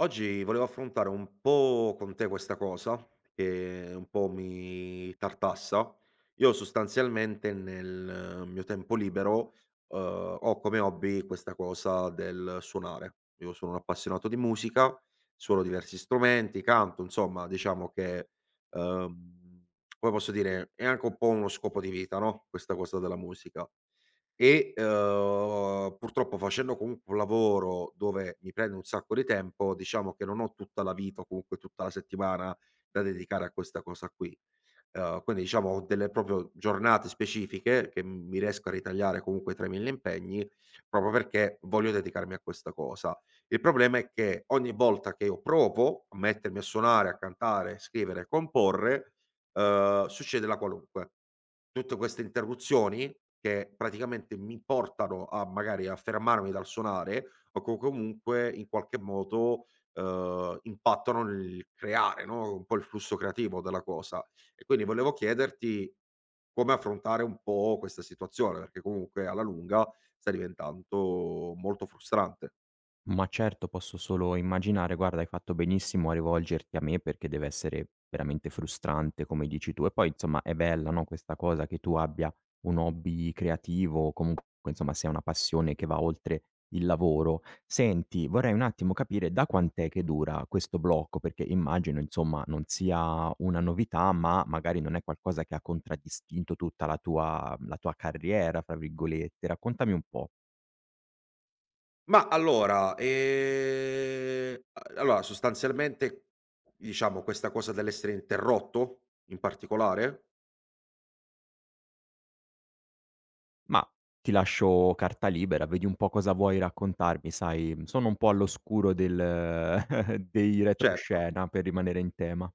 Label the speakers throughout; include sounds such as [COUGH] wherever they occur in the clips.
Speaker 1: Oggi volevo affrontare un po' con te questa cosa, che un po' mi tartassa. Io sostanzialmente nel mio tempo libero, ho come hobby questa cosa del suonare. Io sono un appassionato di musica, suono diversi strumenti, canto, insomma diciamo che, uhm, come posso dire, è anche un po' uno scopo di vita, no, questa cosa della musica. Purtroppo facendo comunque un lavoro dove mi prende un sacco di tempo, diciamo che non ho tutta la vita o comunque tutta la settimana da dedicare a questa cosa qui. Quindi diciamo ho delle proprio giornate specifiche che mi riesco a ritagliare comunque tra i 1000 impegni, proprio perché voglio dedicarmi a questa cosa. Il problema è che ogni volta che io provo a mettermi a suonare, a cantare, scrivere e comporre, succede la qualunque. Tutte queste interruzioni che praticamente mi portano a magari a fermarmi dal suonare o co comunque in qualche modo, impattano nel creare, no, un po' il flusso creativo della cosa. E quindi volevo chiederti come affrontare un po' questa situazione, perché comunque alla lunga sta diventando molto frustrante.
Speaker 2: Ma certo, posso solo immaginare. Guarda, hai fatto benissimo a rivolgerti a me perché deve essere veramente frustrante, come dici tu. E poi, insomma, è bella, no, questa cosa che tu abbia un hobby creativo o comunque, insomma, sia una passione che va oltre il lavoro. Senti, vorrei un attimo capire da quant'è che dura questo blocco, perché immagino, insomma, non sia una novità, ma magari non è qualcosa che ha contraddistinto tutta la tua carriera, fra virgolette. Raccontami un po'.
Speaker 1: Ma allora, a allora sostanzialmente, diciamo questa cosa dell'essere interrotto in particolare?
Speaker 2: Ma ti lascio carta libera, vedi un po' cosa vuoi raccontarmi, sai, mhmm, sono un po' all'oscuro del [LAUGHS] dei
Speaker 1: Certo.
Speaker 2: retroscena per rimanere in tema.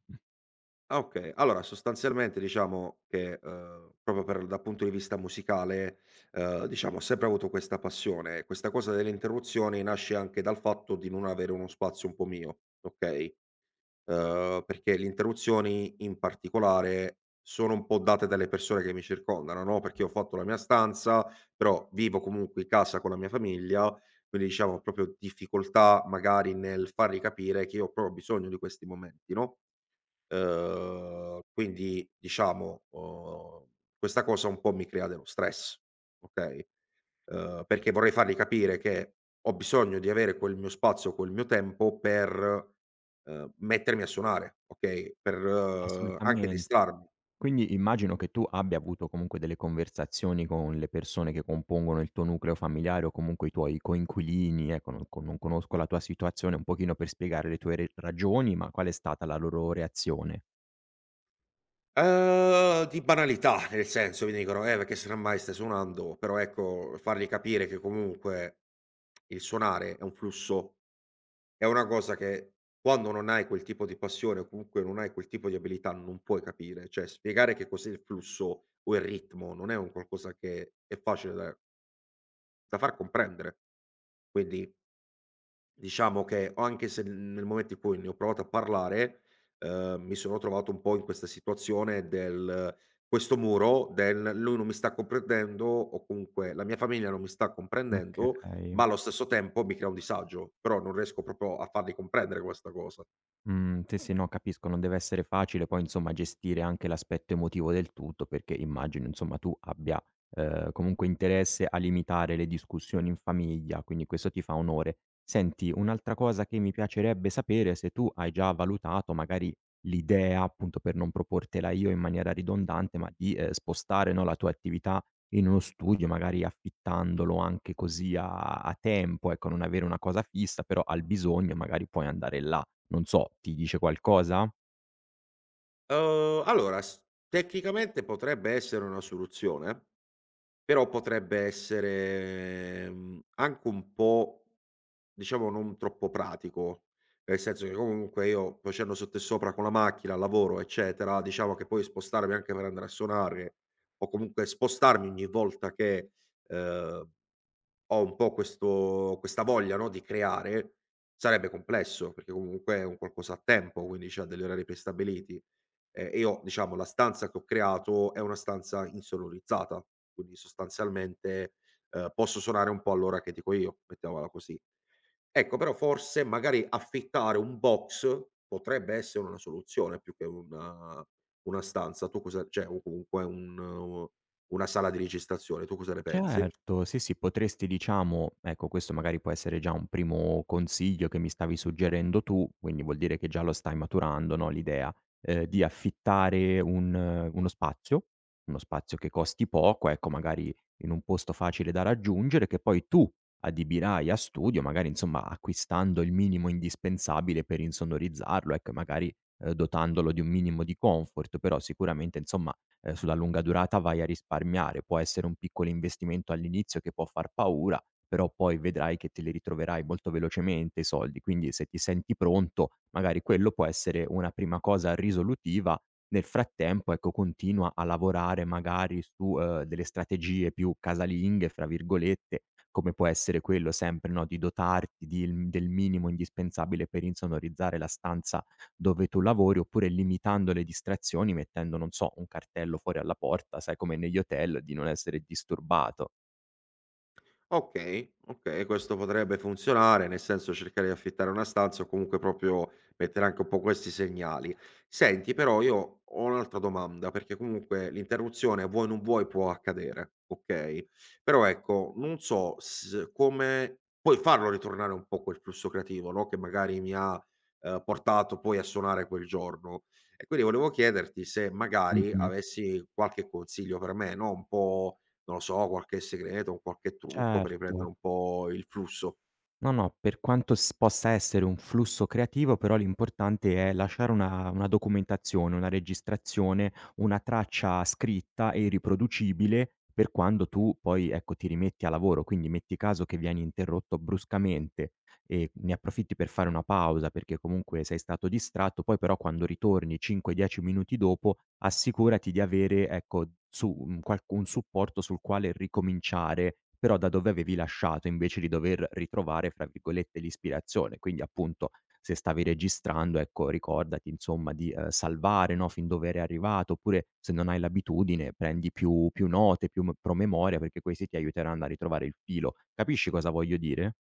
Speaker 1: Ah, okay. Allora sostanzialmente diciamo che, proprio per dal punto di vista musicale, diciamo ho sempre avuto questa passione. Questa cosa delle interruzioni nasce anche dal fatto di non avere uno spazio un po' mio, okay? Perché le interruzioni, in particolare, sono un po' date dalle persone che mi circondano, no, perché ho fatto la mia stanza, però vivo comunque in casa con la mia famiglia, quindi diciamo ho proprio difficoltà magari nel fargli capire che io ho proprio bisogno di questi momenti, no, uhm, quindi diciamo, uhm, questa cosa un po' mi crea dello stress, okay? Perché vorrei fargli capire che ho bisogno di avere quel mio spazio, quel mio tempo per, mettermi a suonare, okay, per anche
Speaker 2: Assolutamente.
Speaker 1: distrarmi.
Speaker 2: Quindi immagino che tu abbia avuto comunque delle conversazioni con le persone che compongono il tuo nucleo familiare o comunque i tuoi coinquilini, ecco, non conosco la tua situazione, un pochino per spiegare le tue re ragioni, ma qual è stata la loro reazione?
Speaker 1: Di banalità, [LAUGHS] nel senso mi dicono: perché semmai stai suonando", però ecco fargli capire che comunque il suonare è un flusso, è una cosa che quando non hai quel tipo di passione o comunque non hai quel tipo di abilità non puoi capire, cioè spiegare che cos'è il flusso o il ritmo non è un qualcosa che è facile da da far comprendere. Quindi diciamo che o anche se nel momento in cui ne ho provato a parlare, mi sono trovato un po' in questa situazione del questo muro del: "Lui non mi sta comprendendo" o comunque "la mia famiglia non mi sta comprendendo",
Speaker 2: Okay.
Speaker 1: ma allo stesso tempo mi crea un disagio, però non riesco proprio a fargli comprendere questa cosa.
Speaker 2: Mhmm, sì, sì, no, capisco, non deve essere facile poi insomma gestire anche l'aspetto emotivo del tutto, perché immagino insomma tu abbia, comunque interesse a limitare le discussioni in famiglia, quindi questo ti fa onore. Senti, un'altra cosa che mi piacerebbe sapere è se tu hai già valutato magari l'idea, appunto per non proportela io in maniera ridondante, ma di, spostare, no, la tua attività in uno studio, magari affittandolo anche così a tempo, ecco, non avere una cosa fissa, però al bisogno magari puoi andare là. Non so, ti dice qualcosa?
Speaker 1: Allora s Tecnicamente potrebbe essere una soluzione. Però potrebbe essere, mhmm, anche un po', diciamo, non troppo pratico, nel senso che comunque io facendo sotto e sopra con la macchina, al lavoro, eccetera, diciamo che poi spostarmi anche per andare a suonare o comunque spostarmi ogni volta che, ehm, ho un po' questo questa voglia, no, di creare, sarebbe complesso, perché comunque è un qualcosa a tempo, quindi c'ha degli orari prestabiliti. E ho Diciamo la stanza che ho creato è una stanza insonorizzata, quindi sostanzialmente, posso suonare un po' all'ora che dico io, mettiamola così. Ecco, però forse magari affittare un box potrebbe essere una soluzione più che una stanza. Tu cosa, cioè, o comunque un eh, una sala di registrazione, tu cosa ne pensi?
Speaker 2: Certo, sì, sì, potresti, diciamo, ecco, questo magari può essere già un primo consiglio che mi stavi suggerendo tu, quindi vuol dire che già lo stai maturando, no, l'idea, di affittare un uno spazio che costi poco, ecco, magari in un posto facile da raggiungere, che poi tu adibirai a studio, magari insomma acquistando il minimo indispensabile per insonorizzarlo, ecco, magari, dotandolo di un minimo di comfort, però sicuramente insomma sulla lunga durata vai a risparmiare. Può essere un piccolo investimento all'inizio che può far paura, però poi vedrai che te li ritroverai molto velocemente i soldi. Quindi se ti senti pronto, magari quello può essere una prima cosa risolutiva. Nel frattempo, ecco, continua a lavorare magari su, delle strategie più "casalinghe", fra virgolette, come può essere quello sempre, no, di dotarti di il del minimo indispensabile per insonorizzare la stanza dove tu lavori, oppure limitando le distrazioni mettendo, non so, un cartello fuori alla porta, sai, come negli hotel, di non essere disturbato.
Speaker 1: Okay, okay, questo potrebbe funzionare, nel senso cercare di affittare una stanza o comunque proprio mettere anche un po' questi segnali. Senti però io ho un'altra domanda, perché comunque l'interruzione, vuoi non vuoi, può accadere, okay, però ecco non so s come puoi farlo ritornare un po' quel flusso creativo, no, che magari mi ha, portato poi a suonare quel giorno. E quindi volevo chiederti se magari
Speaker 2: Mh-mh.
Speaker 1: avessi qualche consiglio per me, no, un po'. Non lo so, qualche segreto, un qualche trucco per
Speaker 2: Certo.
Speaker 1: riprendere un po' il flusso.
Speaker 2: No, no, per quanto s possa essere un flusso creativo, però l'importante è lasciare una documentazione, una registrazione, una traccia scritta e riproducibile per quando tu poi, ecco, ti rimetti a lavoro. Quindi metti caso che vieni interrotto bruscamente e ne approfitti per fare una pausa perché comunque sei stato distratto, poi però quando ritorni 5, 10 minuti dopo assicurati di avere, ecco, su un qualc un supporto sul quale ricominciare, però da dove avevi lasciato, invece di dover ritrovare, fra virgolette, "l'ispirazione". Quindi, appunto, se stavi registrando, ecco, ricordati insomma di, salvare, no, fin dove eri arrivato, oppure se non hai l'abitudine prendi più note, più m promemoria, perché questi ti aiuteranno a ritrovare il filo. Capisci cosa voglio dire?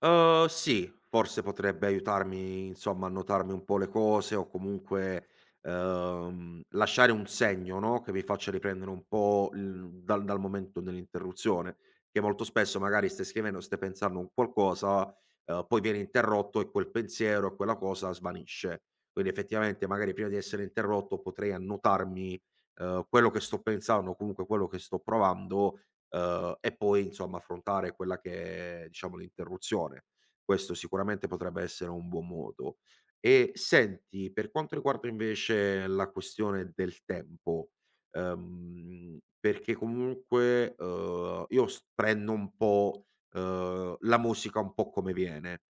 Speaker 1: Sì, forse potrebbe aiutarmi, insomma, a notarmi un po' le cose o comunque, lasciare un segno, no, che mi faccia riprendere un po' il dal momento dell'interruzione, che molto spesso magari stai scrivendo, stai pensando un qualcosa, poi viene interrotto e quel pensiero e quella cosa svanisce. Quindi effettivamente magari prima di essere interrotto potrei annotarmi, quello che sto pensando o comunque quello che sto provando, e poi insomma affrontare quella che è, diciamo, l'interruzione. Questo sicuramente potrebbe essere un buon modo. E senti, per quanto riguarda invece la questione del tempo, perché comunque, io s prendo un po', la musica un po' come viene,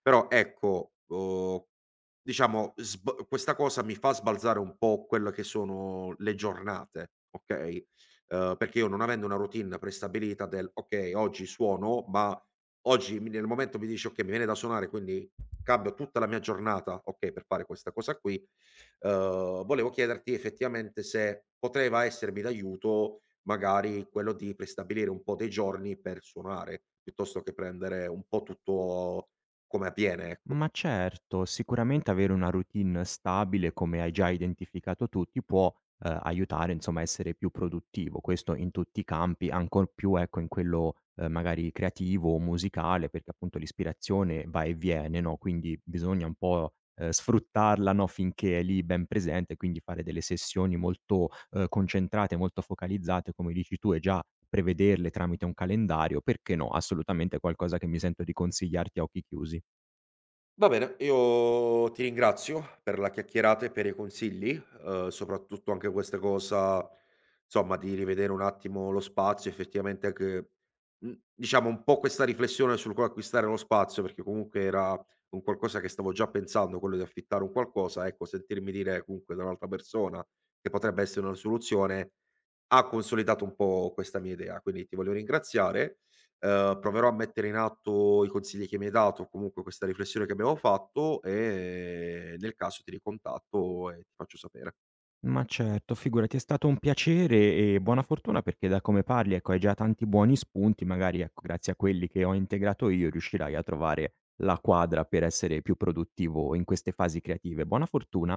Speaker 1: però ecco, diciamo sb questa cosa mi fa sbalzare un po' quelle che sono le giornate, okay? Perché io non avendo una routine prestabilita del: "Okay, oggi suono, ma oggi mi nel momento mi dici: "Okay, mi viene da suonare, quindi cambio tutta la mia giornata, okay, per fare questa cosa qui", volevo chiederti effettivamente se poteva essermi d'aiuto magari quello di prestabilire un po' dei giorni per suonare, piuttosto che prendere un po' tutto come avviene, ecco.
Speaker 2: Ma certo, sicuramente avere una routine stabile, come hai già identificato tu, ti può, aiutare insomma a essere più produttivo, questo in tutti i campi, ancor più ecco in quello, magari creativo o musicale, perché appunto l'ispirazione va e viene, no, quindi bisogna un po', sfruttarla, no, finché è lì ben presente, quindi fare delle sessioni molto, concentrate, molto focalizzate, come dici tu, e già prevederle tramite un calendario, perché no, assolutamente è qualcosa che mi sento di consigliarti a occhi chiusi.
Speaker 1: Va bene, io ti ringrazio per la chiacchierata e per i consigli, soprattutto anche questa cosa, insomma, di rivedere un attimo lo spazio, effettivamente anche, mhmm, diciamo un po' questa riflessione sul come acquistare lo spazio, perché comunque era un qualcosa che stavo già pensando, quello di affittare un qualcosa, ecco, sentirmi dire comunque da un'altra persona che potrebbe essere una soluzione, ha consolidato un po' questa mia idea, quindi ti voglio ringraziare. Proverò a mettere in atto i consigli che mi hai dato, o comunque questa riflessione che abbiamo fatto e nel caso ti ricontatto e ti faccio sapere.
Speaker 2: Ma certo, figurati, è stato un piacere e buona fortuna perché da come parli, ecco, hai già tanti buoni spunti, magari, ecco, grazie a quelli che ho integrato io riuscirai a trovare la quadra per essere più produttivo in queste fasi creative. Buona fortuna.